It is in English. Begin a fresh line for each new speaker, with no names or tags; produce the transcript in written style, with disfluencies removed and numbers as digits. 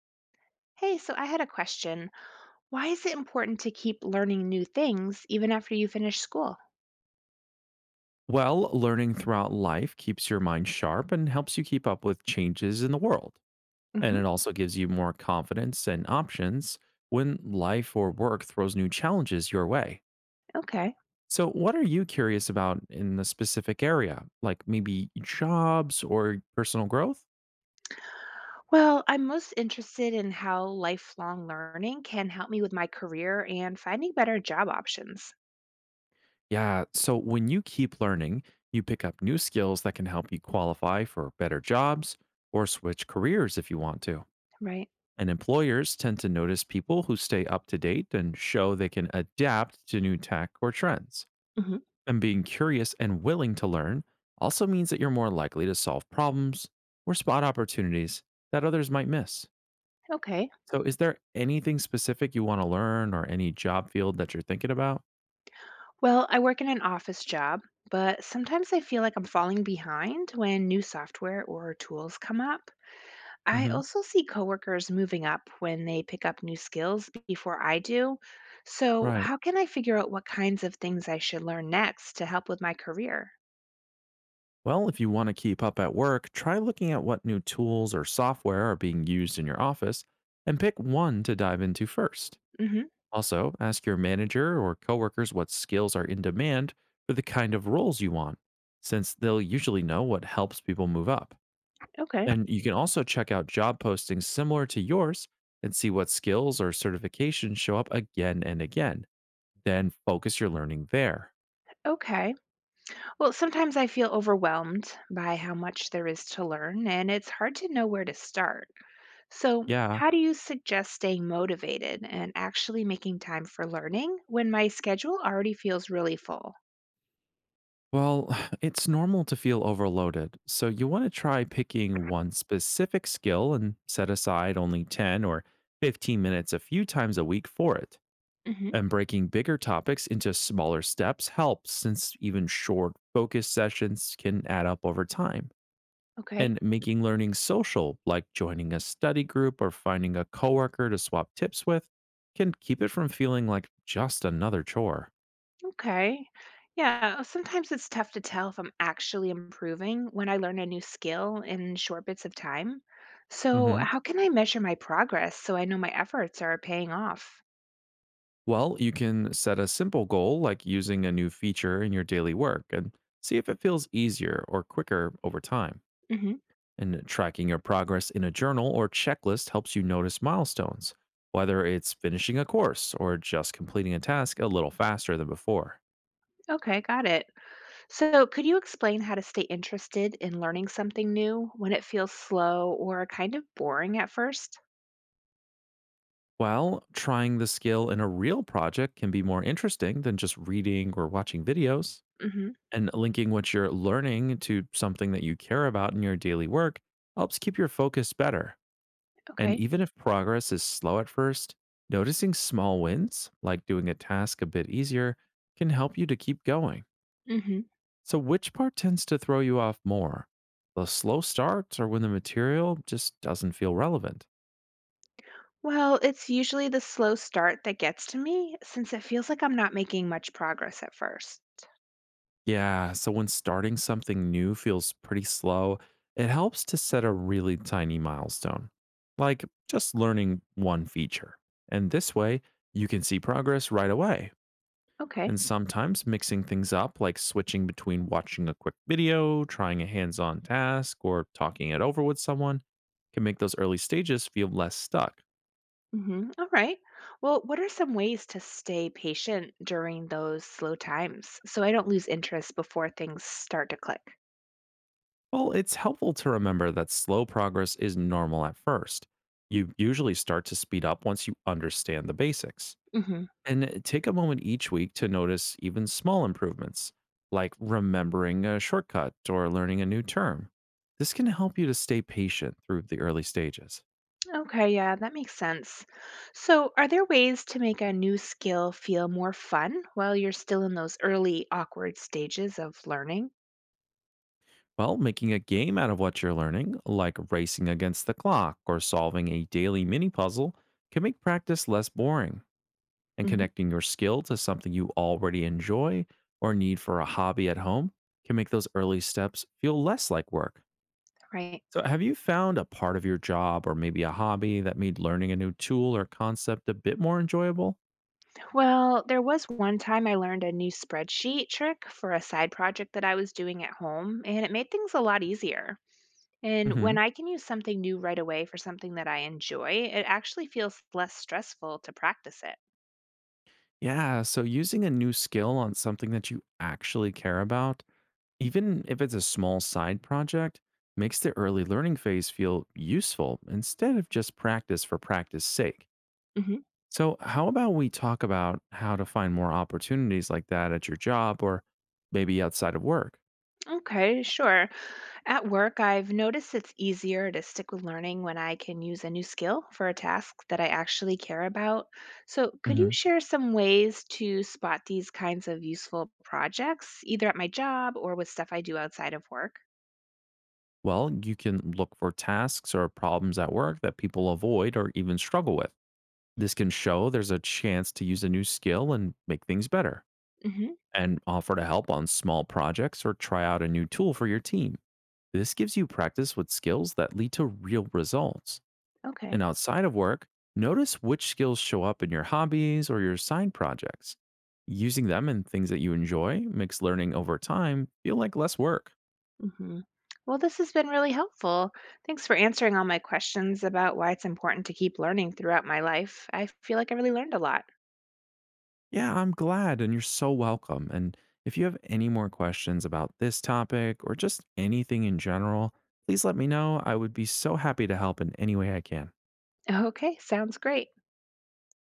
Hey, so I had a question. Why is it important to keep learning new things even after you finish school?
Well, learning throughout life keeps your mind sharp and helps you keep up with changes in the world. And
Hmm.
it also gives you more confidence and options when life or work throws new challenges your way.
Okay.
So, what are you curious about in the specific area, like maybe jobs or personal growth?
Well, I'm most interested in how lifelong learning can help me with my career and finding better job options.
Yeah, so when you keep learning, you pick up new skills that can help you qualify for better jobs or switch careers if you want to.
Right.
And employers tend to notice people who stay up to date and show they can adapt to new tech or trends.
Hmm.
And being curious and willing to learn also means that you're more likely to solve problems or spot opportunities that others might miss.
Okay.
So, is there anything specific you want to learn or any job field that you're thinking about?
Well, I work in an office job, but sometimes I feel like I'm falling behind when new software or tools come up. I
Hmm.
also see coworkers moving up when they pick up new skills before I do. So,
Right.
how can I figure out what kinds of things I should learn next to help with my career?
Well, if you want to keep up at work, try looking at what new tools or software are being used in your office and pick one to dive into first.
Hmm.
Also, ask your manager or coworkers what skills are in demand for the kind of roles you want, since they'll usually know what helps people move up.
Okay.
And you can also check out job postings similar to yours and see what skills or certifications show up again and again. Then focus your learning there.
Okay. Well, sometimes I feel overwhelmed by how much there is to learn, and it's hard to know where to start. So,
Yeah.
how do you suggest staying motivated and actually making time for learning when my schedule already feels really full?
Well, it's normal to feel overloaded, so you want to try picking one specific skill and set aside only 10 or 15 minutes a few times a week for it.
Hmm.
And breaking bigger topics into smaller steps helps, since even short focus sessions can add up over time.
Okay.
And making learning social, like joining a study group or finding a coworker to swap tips with, can keep it from feeling like just another chore.
Okay. Yeah, sometimes it's tough to tell if I'm actually improving when I learn a new skill in short bits of time. So,
Hmm.
how can I measure my progress so I know my efforts are paying off?
Well, you can set a simple goal like using a new feature in your daily work and see if it feels easier or quicker over time.
Hmm.
And tracking your progress in a journal or checklist helps you notice milestones, whether it's finishing a course or just completing a task a little faster than before.
Okay, got it. So, could you explain how to stay interested in learning something new when it feels slow or kind of boring at first?
While trying the skill in a real project can be more interesting than just reading or watching videos,
Hmm.
and linking what you're learning to something that you care about in your daily work helps keep your focus better. And
Okay.
even if progress is slow at first, noticing small wins, like doing a task a bit easier, can help you to keep going.
Hmm.
So, which part tends to throw you off more? The slow starts or when the material just doesn't feel relevant?
Well, it's usually the slow start that gets to me since it feels like I'm not making much progress at first.
Yeah, so when starting something new feels pretty slow, it helps to set a really tiny milestone, like just learning one feature. And this way, you can see progress right away.
Okay.
And sometimes mixing things up, like switching between watching a quick video, trying a hands on task, or talking it over with someone, can make those early stages feel less stuck.
Mhm. All right. Well, what are some ways to stay patient during those slow times so I don't lose interest before things start to click?
Well, it's helpful to remember that slow progress is normal at first. You usually start to speed up once you understand the basics.
Hmm.
And take a moment each week to notice even small improvements, like remembering a shortcut or learning a new term. This can help you to stay patient through the early stages.
Okay, yeah, that makes sense. So, are there ways to make a new skill feel more fun while you're still in those early awkward stages of learning?
Well, making a game out of what you're learning, like racing against the clock or solving a daily mini puzzle, can make practice less boring, and
Hmm.
connecting your skill to something you already enjoy or need for a hobby at home can make those early steps feel less like work.
Right.
So, have you found a part of your job or maybe a hobby that made learning a new tool or concept a bit more enjoyable?
Well, there was one time I learned a new spreadsheet trick for a side project that I was doing at home, and it made things a lot easier. And
Hmm.
when I can use something new right away for something that I enjoy, it actually feels less stressful to practice it.
Yeah, so using a new skill on something that you actually care about, even if it's a small side project, makes the early learning phase feel useful instead of just practice for practice sake.
Hmm.
So, how about we talk about how to find more opportunities like that at your job or maybe outside of work?
Okay, sure. At work, I've noticed it's easier to stick with learning when I can use a new skill for a task that I actually care about. So, could you
Hmm.
share some ways to spot these kinds of useful projects, either at my job or with stuff I do outside of work?
Well, you can look for tasks or problems at work that people avoid or even struggle with. This can show there's a chance to use a new skill and make things better,
Hmm.
and offer to help on small projects or try out a new tool for your team. This gives you practice with skills that lead to real results. And
Okay.
outside of work, notice which skills show up in your hobbies or your side projects. Using them in things that you enjoy makes learning over time feel like less work.
Hmm. Well, this has been really helpful. Thanks for answering all my questions about why it's important to keep learning throughout my life. I feel like I really learned a lot.
Yeah, I'm glad, and you're so welcome. And if you have any more questions about this topic or just anything in general, please let me know. I would be so happy to help in any way I can.
Okay, sounds great.